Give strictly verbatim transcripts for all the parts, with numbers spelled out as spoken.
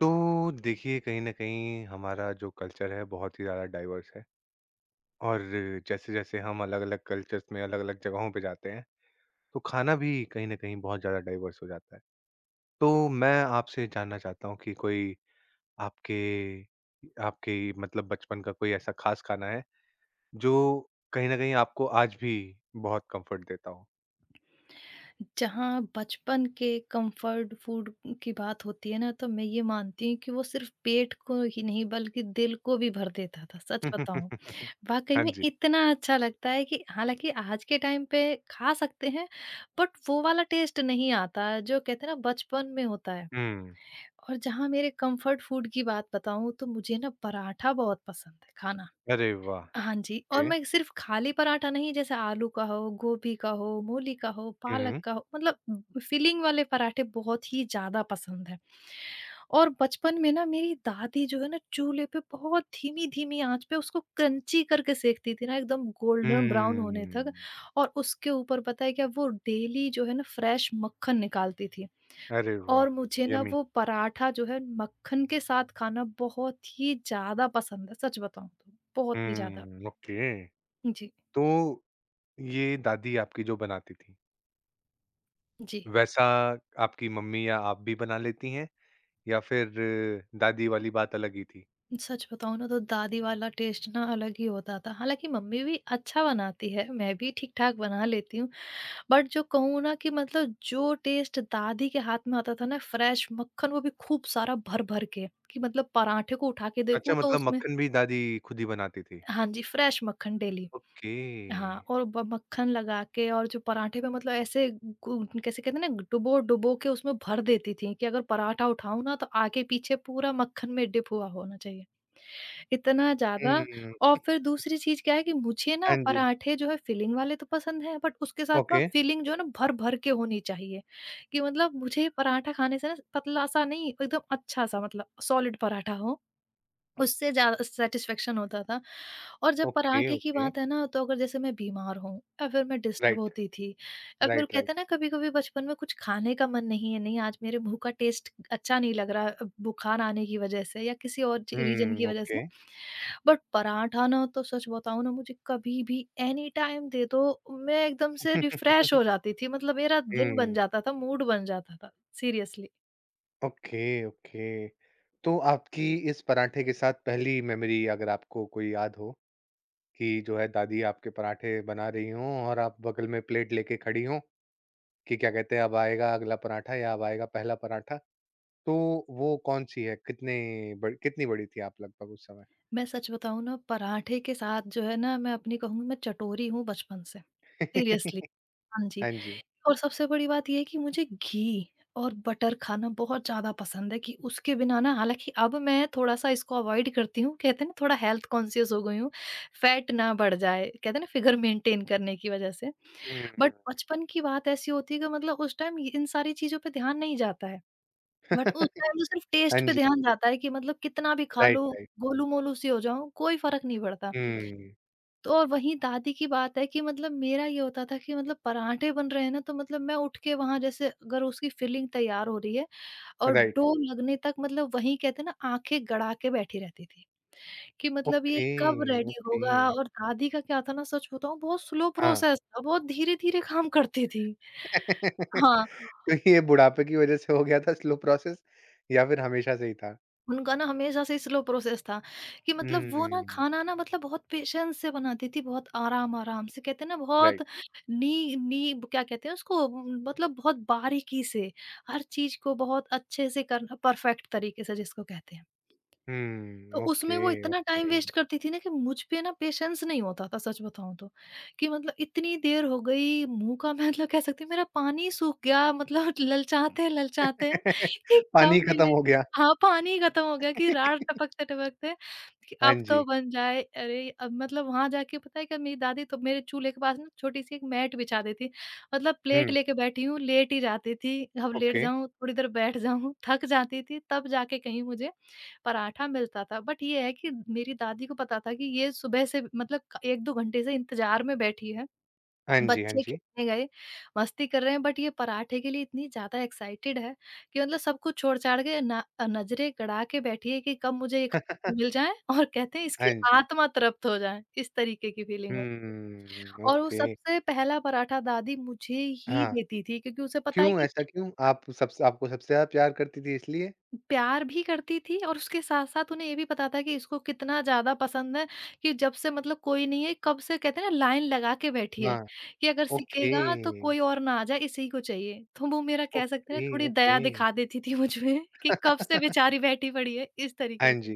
तो देखिए कहीं न कहीं हमारा जो कल्चर है बहुत ही ज़्यादा डाइवर्स है और जैसे-जैसे हम अलग-अलग कल्चर्स में अलग-अलग जगहों पे जाते हैं, तो खाना भी कहीं न कहीं बहुत ज़्यादा डाइवर्स हो जाता है। तो मैं आपसे जानना चाहता हूँ कि कोई आपके आपके मतलब बचपन का कोई ऐसा ख़ास खाना है, जो कहीं न कहीं आपको आज भी बहुत कम्फ़र्ट देता हो? जहाँ बचपन के कंफर्ट फूड की बात होती है ना, तो मैं ये मानती हूँ कि वो सिर्फ़ पेट को ही नहीं बल्कि दिल को भी भर देता था, सच बताऊँ। वाक़ई हाँ में जी। इतना अच्छा लगता है कि हालाँकि आज के टाइम पे खा सकते हैं, बट वो वाला टेस्ट नहीं आता जो कहते हैं ना बचपन में होता है। हुँ। और जहाँ मेरे कंफर्ट फूड की बात बताऊँ तो मुझे ना पराठा बहुत पसंद है खाना। अरे वाह! हाँ जी, और ओके। मैं सिर्फ़ खाली पराठा नहीं, जैसे आलू का हो, गोभी का हो, मूली का हो, हुँ, पालक हुँ। का हो, मतलब फ़िलिंग वाले पराठे बहुत ही ज़्यादा पसंद हैं। और बचपन में ना मेरी दादी जो है ना चूल्हे पे बहुत धीमी-धीमी आँच पे उसको क्रंची करके सेंकती थी ना, एकदम गोल्डन ब्राउन होने हुँ। तक। और उसके ऊपर पता है क्या, वो डेली जो है ना फ्रेश मक्खन निकालती थी। अरे वाह! और मुझे ना यम्मी। वो पराठा जो है मक्खन के साथ खाना बहुत ही ज़्यादा पसंद है, सच बताऊँ तो, बहुत ही ज़्यादा। हुँ, ओके। जी। तो ये दादी आपकी जो बनाती थी, जी, वैसा आपकी मम्मी या आप भी बना लेती हैं या फिर दादी वाली बात अलग ही थी? सच बताऊँ ना, तो दादी वाला टेस्ट ना अलग ही होता था। हालाँकि मम्मी भी अच्छा बनाती है, मैं भी ठीक-ठाक बना लेती हूँ। बट जो कहूँ ना, कि मतलब जो टेस्ट दादी के हाथ में आता था ना, फ्रेश मक्खन वो भी खूब सारा भर-भर के, कि मतलब पराठे को उठा के अच्छा देखूँ तो मतलब उसमें। मक्खन भी दादी खुद ही बनाती थी? हाँ जी, फ्रेश मक्खन डेली। ओके। हाँ, और ब मक्खन लगा के और जो पराठे में मतलब ऐसे गु कैसे कहते हैं ना, डुबो-डुबो के उसमें भर देती थीं कि अगर पराठा उठाऊँ ना, तो आगे-पीछे पूरा मक्खन में डिप हुआ होना चाहिए। इतना ज़्यादा। हुँ, और फिर दूसरी चीज़ क्या है कि मुझे ना हाँ जी। पराठे जो है फिलिंग वाले तो पसंद हैं, बट उसके साथ ना ओके, फिलिंग जो है ना भर-भर के होनी चाहिए, कि मतलब मुझे पराठा खाने से ना पतला-सा नहीं, एकदम अच्छा-सा, मतलब सॉलिड पराठा हो, उससे ज़्यादा सैटिस्फैक्शन होता था। और जब ओके, पराठे की ओके। बात है ना, तो अगर जैसे मैं बीमार हूँ या फिर मैं डिस्टर्ब राइट, होती थी, या फिर राइट, राइट। कहते हैं ना, कभी कभी बचपन में कुछ खाने का मन नहीं है, नहीं आज मेरे मुंह का टेस्ट अच्छा नहीं लग रहा, अ, बुखार आने की वजह से या किसी और रीजन की हुँ, वजह से। ओके। बट पराठा ना, तो सच बताऊं ना, मुझे कभी भी एनी टाइम दे दो, मैं एकदम से रिफ्रेश हो जाती थी, मतलब मेरा दिन बन हुँ, जाता था, मूड बन जाता था। सीरियसली। Okay, okay. तो आपकी इस पराठे के साथ पहली मेमोरी अगर आपको कोई याद हो? कि जो है दादी आपके पराठे बना रही हों और आप बगल में प्लेट लेके खड़ी हों कि क्या कहते हैं अब आएगा अगला पराठा या अब आएगा पहला पराठा। तो वो कौन-सी है? कितने ब कितनी बड़ी थी आप लगभग उस समय? मैं सच बताऊँ ना, पराठे के साथ जो है ना, मैं अपनी कहूँगी, मैं चटोरी हूँ बचपन से। सीरियसली। हाँ जी, हाँ जी। और सबसे बड़ी बात ये है कि मुझे घी और बटर खाना बहुत ज़्यादा पसंद है, कि उसके बिना ना, हालाँकि अब मैं थोड़ा-सा इसको अवॉइड करती हूँ। कहते हैं ना, थोड़ा हेल्थ कॉन्शियस हो गई हूँ, फैट ना बढ़ जाए, कहते हैं ना, फिगर मेंटेन करने की वज़ह से। बट हुँ। बचपन की बात ऐसी होती है कि मतलब उस टाइम इन सारी चीज़ों पे ध्यान नहीं जाता है। बट उस टाइम तो सिर्फ टेस्ट हाँ पे जी। ध्यान जाता है, कि मतलब कितना भी खा राइट, लो, राइट। गोलू-मोलू सी हो जाऊँ, कोई फ़र्क नहीं पड़ता। हुँ। तो और वहीं दादी की बात है, कि मतलब मेरा ये होता था कि मतलब पराठे बन रहे हैं ना, तो मतलब मैं उठ के वहाँ, जैसे अगर उसकी फिलिंग तैयार हो रही है और राइट। डो लगने तक, मतलब वहीं कहते हैं ना, आँखें गड़ा के बैठी रहती थी, कि मतलब ये ओके, कब रेडी ओके। होगा। और दादी का क्या था ना, सच बताऊँ बहुत स्लो हाँ। प्रोसेस था, बहुत धीरे-धीरे काम करती थी। हाँ। तो ये बुढ़ापे की वज़ह से हो गया था स्लो प्रोसेस या फिर हमेशा से ही था? उनका ना हमेशा से स्लो प्रोसेस था, कि मतलब वो ना हुँ। खाना ना, मतलब बहुत पेशेंस से बनाती थी, बहुत आराम-आराम से, कहते हैं ना बहुत राइट। नी नी क्या कहते हैं उसको, उम, मतलब बहुत बारीकी से हर चीज़ को बहुत अच्छे से करना, परफेक्ट तरीके से जिसको कहते हैं। तो हुँ। ओके, उसमें वो इतना टाइम ओके। वेस्ट करती थी ना, कि मुझ पे ना पेशेंस नहीं होता था, सच बताऊँ तो, कि मतलब इतनी देर हो गई मुँह का मैं मतलब कह सकती हूँ मेरा पानी सूख गया, मतलब ललचाते-ललचाते कि कब पानी खत्म मिले। हो गया। हाँ, पानी खत्म हो गया, कि रात टपकते-टपकते, कि हाँ अब तो जी। बन जाए। अरे, अब मतलब वहाँ जाके पता है क्या, मेरी दादी तो मेरे चूल्हे के पास ना छोटी-सी एक मैट बिछा देती, मतलब प्लेट हुँ, लेके बैठी हूँ, लेट ही जाती थी, अब लेट ओके। जाऊँ, थोड़ी देर बैठ जाऊँ, थक जाती थी, तब जाके कहीं मुझे पराठा मिलता था। बट ये है कि मेरी दादी को पता था कि ये सुबह से मतलब क एक दो घंटे से इंतज़ार में बैठी है। हाँ जी, हाँ बच्चे जी। खेलने गए, मस्ती कर रहे हैं, बट ये पराठे के लिए इतनी ज़्यादा एक्साइटेड है कि मतलब सब कुछ छोड़-छाड़ के ना, अ, नज़रें गड़ा के बैठी है कि कब मुझे ये खाने को मिल जाए, और कहते हैं इसकी हाँ जी। आत्मा तृप्त हो जाए, इस तरीके की फीलिंग होती थी। हम्म, और वो ओके। सबसे पहला पराठा दादी मुझे ही हाँ, देती थी, क्योंकि उसे पता है क्यों कि ऐसा क्यों? आप सबसे आपको सबसे ज़्यादा प्यार करती थी इसलिए? प्यार भी करती थी, और उसके साथ-साथ उन्हें ये भी पता था कि इसको कितना ज़्यादा पसंद है, कि जब से मतलब कोई नहीं है, कब से कहते हैं ना लाइन लगा के बैठी है, हाँ, कि अगर ओके। सीखेगा तो कोई और ना आ जाए, इसी को चाहिए। तो वो मेरा कह सकते हैं ओके, ना, थोड़ी ओके। दया दिखा देती थी मुझ में कि कब से बेचारी बैठी पड़ी है, इस हाँ तरीके जी, से।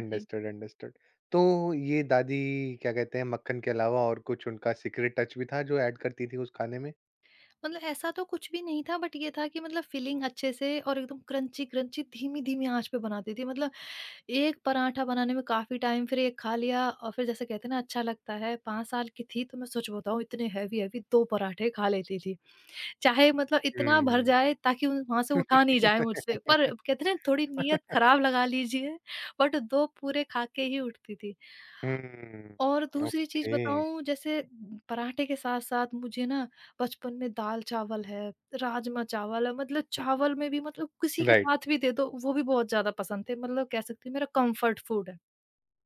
जी। अंडरस्टूड। तो ये दादी क्या कहते हैं मक्खन के अलावा और कुछ उनका सीक्रेट टच भी था जो ऐड करती थी उस खाने में? मतलब ऐसा तो कुछ भी नहीं था, बट ये था कि मतलब फिलिंग अच्छे से और एकदम क्रंची-क्रंची धीमी-धीमी आँच पे बनाती थी। मतलब एक पराठा बनाने में काफ़ी टाइम, फिर एक खा लिया और फिर जैसे कहते हैं ना, अच्छा लगता है, पाँच साल की थी तो मैं सच बताऊँ इतने हेवी-हेवी दो पराठे खा लेती थी। चाहे मतलब इतना भर हुँ, जाए ताकि उन वहाँ से उठा नहीं जाए मुझसे, पर कहते हैं ना, थोड़ी नीयत ख़राब लगा लीजिए, बट दो पूरे खा के ही उठती थी। हुँ। और दूसरी चीज़ ओके। बताऊँ, जैसे पराठे के साथ-साथ मुझे ना बचपन में दाल-चावल है, राजमा-चावल है, मतलब चावल में भी, मतलब किसी के राइट, साथ भी दे दो, वो भी बहुत ज़्यादा पसंद थे, मतलब कह सकती हूँ मेरा कम्फर्ट फूड है।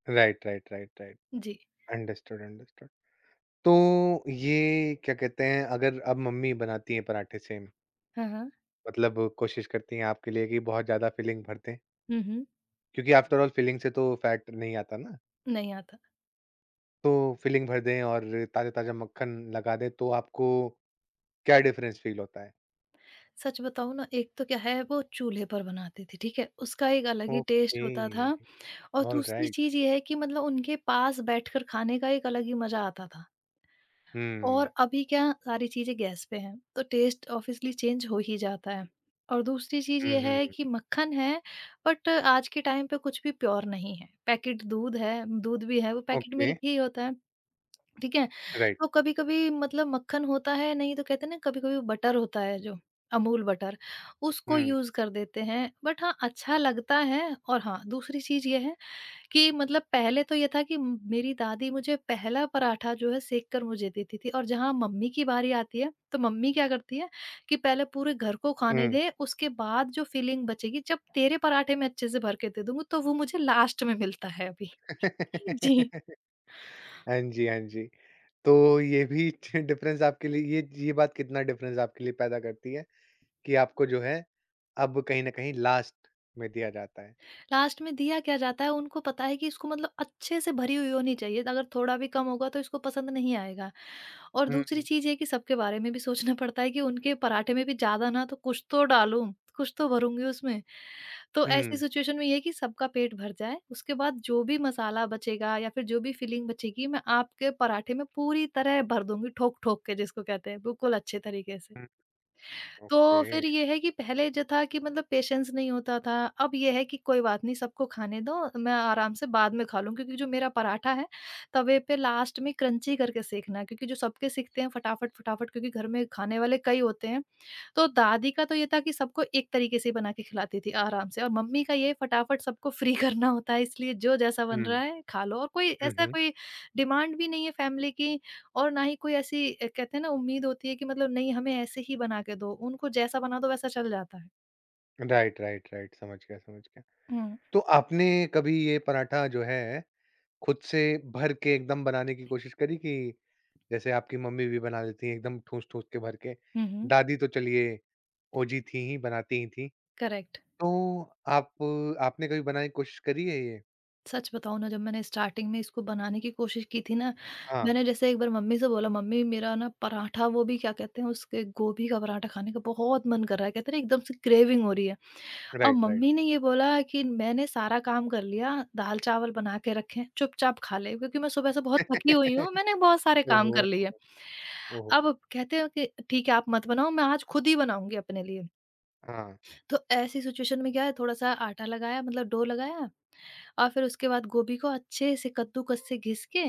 Right, right, right, right. जी। Understood, understood. तो ये क्या कहते हैं अगर अब मम्मी बनाती हैं पराठे सेम, हाँ, हाँ। मतलब कोशिश करती हैं आपके लिए कि बहुत ज़्यादा फिलिंग भर दें, हुँ, हुँ। क्योंकि आफ्टर ऑल फिलिंग से तो फैट नहीं आता ना। नहीं आता। तो फिलिंग भर दें और ताज़ा-ताज़ा मक्खन लगा दें, तो आपको क्या डिफरेंस फ़ील होता है? सच बताऊँ ना, एक तो क्या है वो चूल्हे पर बनाती थी, ठीक है? उसका एक अलग ही ओके, टेस्ट होता था, और दूसरी ऑलराइट। चीज़ ये है कि मतलब उनके पास बैठकर खाने का एक अलग ही मज़ा आता था। हुँ। और अभी क्या, सारी चीज़ें गैस पे हैं, तो टेस्ट ऑब्वियसली चेंज हो ही जाता है। और दूसरी चीज़ हुँ, ये हुँ, है हुँ। कि मक्खन है, बट आज के टाइम पे कुछ भी प्योर नहीं है। पैकेट दूध है, दूध भी है, वो पैकेट ओके, मिल्क ही होता है। ठीक है? राइट। तो कभी-कभी मतलब मक्खन होता है, नहीं तो कहते हैं ना, कभी-कभी बटर होता है जो, अमूल बटर, उसको हुँ, यूज़ कर देते हैं। बट हाँ, अच्छा लगता है। और हाँ, दूसरी चीज़ ये है कि मतलब पहले तो ये था कि म मेरी दादी मुझे पहला पराठा जो है सेक कर मुझे देती थी, और जहाँ मम्मी की बारी आती है, तो मम्मी क्या करती है कि पहले पूरे घर को खाने हुँ। दे, उसके बाद जो फीलिंग बचेगी, जब तेरे पराठे मैं अच्छे से भर के दे दूँगी, तो वो मुझे लास्ट में मिलता है अभी। जी। हाँ जी, हाँ जी। तो ये भी डिफरेंस आपके लिए ये ये बात कितना डिफरेंस आपके लिए पैदा करती है? कि आपको जो है अब कहीं न कहीं लास्ट में दिया जाता है। लास्ट में दिया क्या जाता है, उनको पता है कि इसको मतलब अच्छे से भरी हुई होनी चाहिए, अगर थोड़ा भी कम होगा तो इसको पसंद नहीं आएगा। और हुँ, दूसरी हुँ। चीज़ ये कि सबके बारे में भी सोचना पड़ता है, कि उनके पराठे में भी ज़्यादा ना तो कुछ तो डालूँ, कुछ तो भरूँगी उसमें। तो ऐसी हुँ, सिचुएशन में ये है कि सबका पेट भर जाए, उसके बाद जो भी मसाला बचेगा या फिर जो भी फिलिंग बचेगी, मैं आपके पराठे में पूरी तरह भर दूँगी, ठोक-ठोक के जिसको कहते हैं, बिल्कुल अच्छे तरीके से। हुँ, तो ओके। फिर ये है कि पहले जो था कि मतलब पेशेंस नहीं होता था, अब ये है कि कोई बात नहीं, सबको खाने दो, मैं आराम से बाद में खा लूँ, क्योंकि जो मेरा पराठा है, तवे पे लास्ट में क्रंची करके सेंकना है, क्योंकि जो सबके सेंकते हैं फटाफट-फटाफट, क्योंकि घर में खाने वाले कई होते हैं। तो दादी का तो ये था कि सबको एक तरीके से बना के खिलाती थी आराम से, और मम्मी का ये फटाफट सबको फ्री करना होता है, इसलिए जो जैसा बन हुँ, रहा है खा लो, और कोई हुँ, ऐसा हुँ। कोई डिमांड भी नहीं है फैमिली की, और ना ही कोई ऐसी अ, कहते हैं ना, उम्मीद होती है कि मतलब नहीं, हमें ऐसे ही बना के दो, उनको जैसा बना दो वैसा चल जाता है। राइट, राइट, राइट, समझ गया, समझ गया। हुँ। तो आपने कभी ये पराठा जो है खुद से भर के एकदम बनाने की कोशिश करी कि जैसे आपकी मम्मी भी बना लेती हैं एकदम ठूँस-ठूँस के भर के, हुँ, हुँ। दादी तो चलिए ओजी थी ही, बनाती ही थी। करेक्ट। तो आप आपने कभी बनाने की कोशिश करी है ये? सच बताऊँ ना, जब मैंने स्टार्टिंग में इसको बनाने की कोशिश की थी ना, हाँ, मैंने जैसे एक बार मम्मी से बोला, मम्मी मेरा ना पराठा, वो भी क्या कहते हैं उसके, गोभी का पराठा खाने का बहुत मन कर रहा है, कहते हैं ना एकदम से क्रेविंग हो रही है। और राइट, राइट। मम्मी ने ये बोला कि मैंने सारा काम कर लिया, दाल-चावल बना के रखे हैं, चुपचाप खा ले, क्योंकि मैं सुबह से बहुत थकी हुई हूँ, मैंने बहुत सारे काम कर ओहो! लिए। ओहो! अब कहते हो कि ठीक है आप मत बनाओ, मैं आज खुद ही बनाऊँगी अपने लिए। हाँ, तो ऐसी सिचुएशन में क्या है, थोड़ा-सा आटा लगाया मतलब डो लगाया, और फिर उसके बाद गोभी को अच्छे से कद्दूकस से घिस के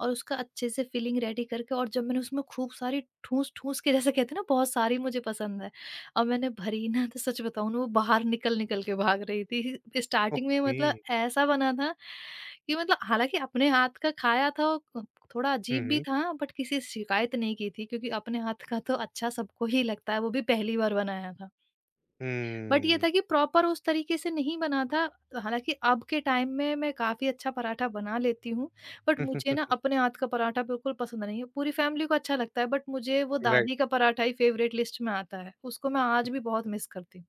और उसका अच्छे से फिलिंग रेडी करके, और जब मैंने उसमें खूब सारी ठूस-ठूस के, जैसे कहते हैं ना बहुत सारी मुझे पसंद है, और मैंने भरी ना, तो सच बताऊँ ना, वो बाहर निकल-निकल के भाग रही थी। स्टार्टिंग में ओके। मतलब ऐसा बना था कि मतलब, हालाँकि अपने हाथ का खाया था, वो थोड़ा हुँ, अजीब भी हुँ। था, बट किसी से शिकायत नहीं की थी, क्योंकि अपने हाथ का तो अच्छा सबको ही लगता है, वो भी पहली बार बनाया था। बट ये हुँ। था कि प्रॉपर उस तरीके से नहीं बना था। तो हालाँकि अब के टाइम में मैं काफ़ी अच्छा पराठा बना लेती हूँ, बट मुझे ना अपने हाथ का पराठा बिल्कुल पसंद नहीं है। पूरी फैमिली को अच्छा लगता है, बट मुझे वो दादी राइट। का पराठा ही फ़ेवरेट लिस्ट में आता है। उसको मैं आज भी बहुत मिस करती हूँ।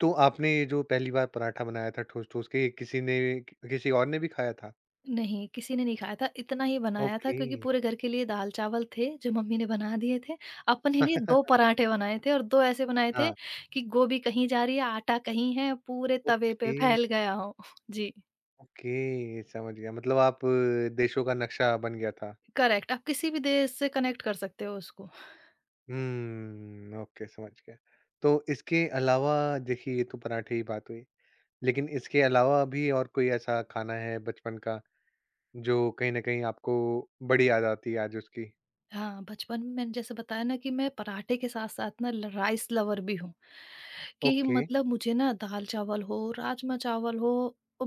तो आपने ये जो पहली बार पराठा बनाया था ठूस-ठूस के, ये किसी ने कि- किसी और ने भी खाया था? नहीं, किसी ने नहीं खाया था। इतना ही बनाया था, ओके। क्योंकि पूरे घर के लिए दाल-चावल थे, जो मम्मी ने बना दिए थे। अपने लिए दो पराठे बनाए थे, और दो ऐसे बनाए थे हाँ। कि गोभी कहीं जा रही है, आटा कहीं है, पूरे तवे पे ओके, फैल गया हो। जी। ओके, समझ गया। मतलब आप अ, देशों का नक्शा बन गया था। करेक्ट, आप किसी भी देश से कनेक्ट कर सकते हो उसको। हुँ, ओके समझ गया। तो इसके अलावा देखिए ये तो पराठे की बात हुई, लेकिन इसके अलावा भी और कोई ऐसा खाना है बचपन का जो कहीं न कहीं आपको बड़ी याद आती है आज उसकी? हाँ, बचपन में मैंने जैसे बताया ना कि मैं पराठे के साथ-साथ ना ल राइस लवर भी हूँ, कि ओके। मतलब मुझे ना दाल-चावल हो, राजमा-चावल हो,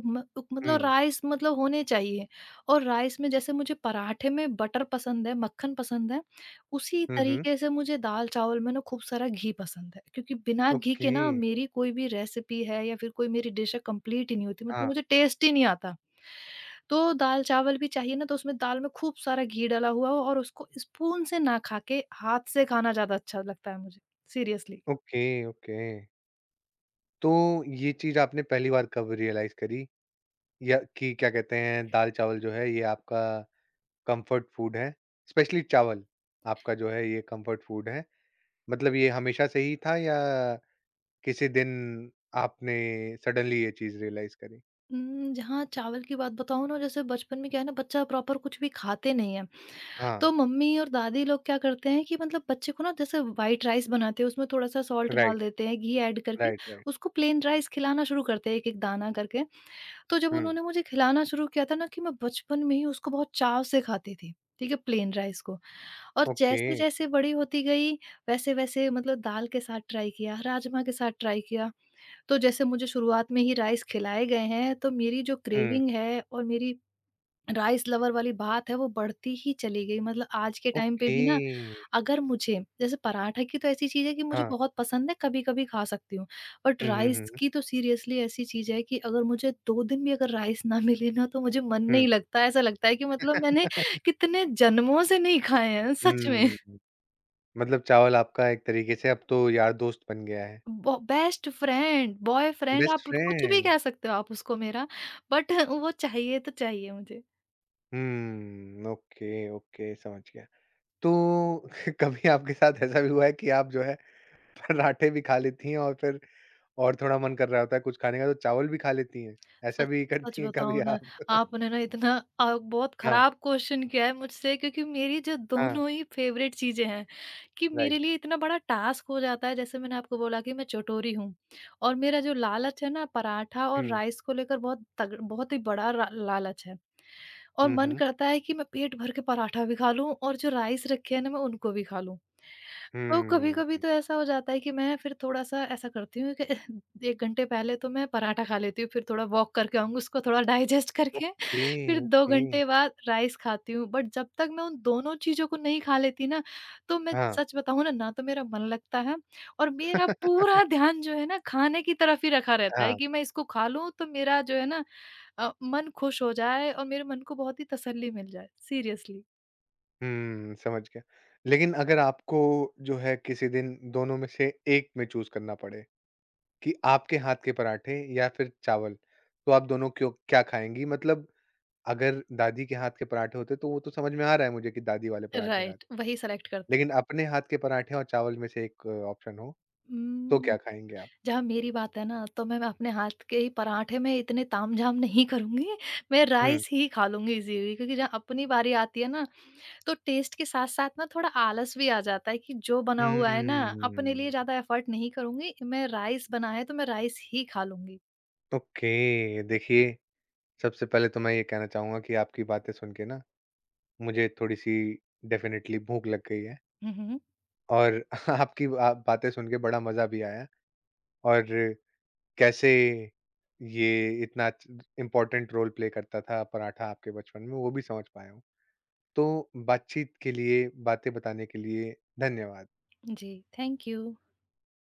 म मतलब हुँ। राइस मतलब होने चाहिए। और राइस में, जैसे मुझे पराठे में बटर पसंद है, मक्खन पसंद है, उसी हुँ, हुँ। तरीके से मुझे दाल-चावल में ना खूब सारा घी पसंद है। क्योंकि बिना घी ओके। के ना मेरी कोई भी रेसिपी है या फिर कोई मेरी डिश है, कंप्लीट ही नहीं होती, मतलब हाँ, मुझे टेस्ट ही नहीं आता। तो दाल-चावल भी चाहिए ना, तो उसमें दाल में खूब सारा घी डला हुआ हो, और उसको स्पून से ना खा के हाथ से खाना ज़्यादा अच्छा लगता है मुझे, सीरियसली। Okay, okay. तो ये चीज़ आपने पहली बार कब रियलाइज़ करी या कि क्या कहते हैं दाल-चावल जो है ये आपका कम्फर्ट फूड है? स्पेशली चावल आपका जो है ये कम्फर्ट फूड है। मतलब ये हमेशा से ही था या किसी दिन आपने सडनली ये चीज़ रियलाइज़ करी? उम, जहाँ चावल की बात बताऊँ ना, जैसे बचपन में क्या है ना, बच्चा प्रॉपर कुछ भी खाते नहीं है। तो हाँ, मम्मी और दादी लोग क्या करते हैं कि मतलब बच्चे को ना, जैसे व्हाइट राइस बनाते हैं, उसमें थोड़ा-सा सॉल्ट डाल राइट, देते हैं, घी ऐड करके, राइट, राइट। उसको प्लेन राइस खिलाना शुरू करते हैं एक-एक दाना करके। तो जब हुँ, उन्होंने मुझे खिलाना शुरू किया था ना, कि मैं बचपन में ही उसको बहुत चाव से खाती थी, ठीक है, प्लेन राइस को। और ओके, जैसे-जैसे बड़ी होती गई, वैसे-वैसे मतलब दाल के साथ ट्राई किया, राजमा के साथ ट्राई किया। तो जैसे मुझे शुरुआत में ही राइस खिलाए गए हैं, तो मेरी जो हुँ, क्रेविंग है और मेरी राइस लवर वाली बात है, वो बढ़ती ही चली गई। मतलब आज के टाइम पे ओके। भी ना, अगर मुझे जैसे पराठा की तो ऐसी चीज़ है कि मुझे हाँ, बहुत पसंद है, कभी-कभी खा सकती हूँ। बट हुँ, हुँ, राइस हुँ, की तो सीरियसली ऐसी चीज़ है कि अगर मुझे दो दिन भी अगर राइस ना मिले ना, तो मुझे मन हुँ। हुँ, नहीं लगता। ऐसा लगता है कि मतलब मैंने कितने जन्मों से नहीं खाए हैं, सच में। मतलब चावल आपका एक तरीके से अब तो यार दोस्त बन गया है। ब बेस्ट फ्रेंड, बॉयफ्रेंड, बेस्ट आप कुछ भी फ्रेंड। कह सकते हो आप उसको मेरा, बट वो चाहिए तो चाहिए मुझे। हुँ, ओके, ओके समझ गया। तो कभी आपके साथ ऐसा भी हुआ है कि आप जो है पराठे भी खा लेती हैं और फिर और थोड़ा मन कर रहा होता है कुछ खाने का तो चावल भी खा लेती हैं? ऐसा सच भी सच करती हैं कभी बताऊँ ना, आप? आपने ना इतना अ, बहुत हाँ, ख़राब क्वेश्चन किया है मुझसे, क्योंकि मेरी जो हाँ, दोनों ही फ़ेवरेट चीज़ें हैं, कि मेरे राइट। लिए इतना बड़ा टास्क हो जाता है। जैसे मैंने आपको बोला कि मैं चटोरी हूँ, और मेरा जो लालच है ना पराठा और हुँ, राइस को लेकर, बहुत तग बहुत ही बड़ा रा लालच है। और हुँ, मन हुँ। करता है कि मैं पेट भर के पराठा भी खा लूँ, और जो राइस रखे हैं ना, मैं उनको भी खा लूँ। तो कभी-कभी हुँ, तो ऐसा हो जाता है कि मैं फिर थोड़ा-सा ऐसा करती हूँ कि एक घंटे पहले तो मैं पराठा खा लेती हूँ, फिर थोड़ा वॉक करके आऊँगी, उसको थोड़ा डाइजेस्ट करके, ओके, फिर दो ओके। घंटे बाद राइस खाती हूँ। बट जब तक मैं उन दोनों चीज़ों को नहीं खा लेती ना, तो मैं हाँ। सच बताऊँ ना, ना तो मेरा मन लगता है, और मेरा पूरा ध्यान जो है ना खाने की तरफ ही रखा रहता है हाँ, कि मैं इसको खा लूँ, तो मेरा जो है ना अ, मन खुश हो जाए और मेरे मन को बहुत ही तसल्ली मिल जाए। सीरियसली। हुँ, समझ गया। लेकिन अगर आपको जो है किसी दिन दोनों में से एक में चूज़ करना पड़े कि आपके हाथ के पराठे या फिर चावल, तो आप दोनों क्यों क्या खाएँगी? मतलब अगर दादी के हाथ के पराठे होते तो वो तो समझ में आ रहा है मुझे कि दादी वाले पराठे खा राइट, वही सेलेक्ट करती। लेकिन अपने हाथ के पराठे और चावल में से एक ऑप्शन हो, तो उम क्या खाएँगे आप? जहाँ मेरी बात है ना, तो मैं अपने हाथ के ही पराठे में इतने तामझाम नहीं करूँगी, मैं हुँ। राइस ही खा लूँगी इज़िली, क्योंकि जहाँ अपनी बारी आती है ना, तो टेस्ट के साथ-साथ ना थोड़ा आलस भी आ जाता है कि जो बना हुआ है ना, अपने लिए हम्म, ज़्यादा एफ़र्ट नहीं करूँगी, मैं राइस बना है तो मैं राइस ही खा लूँगी। ओके। देखिए, सबसे पहले तो मैं ये कहना चाहूँगा कि आपकी बातें सुन के ना मुझे थोड़ी-सी डेफ़िनिटली भूख लग गई है हुँ, हुँ। और आपकी बा बातें सुन के बड़ा मज़ा भी आया और कैसे ये इतना इम्पोर्टेंट रोल प्ले करता था पराठा आपके बचपन में, वो भी समझ पाया हूँ। तो बातचीत के लिए, बातें बताने के लिए धन्यवाद। जी, थैंक यू।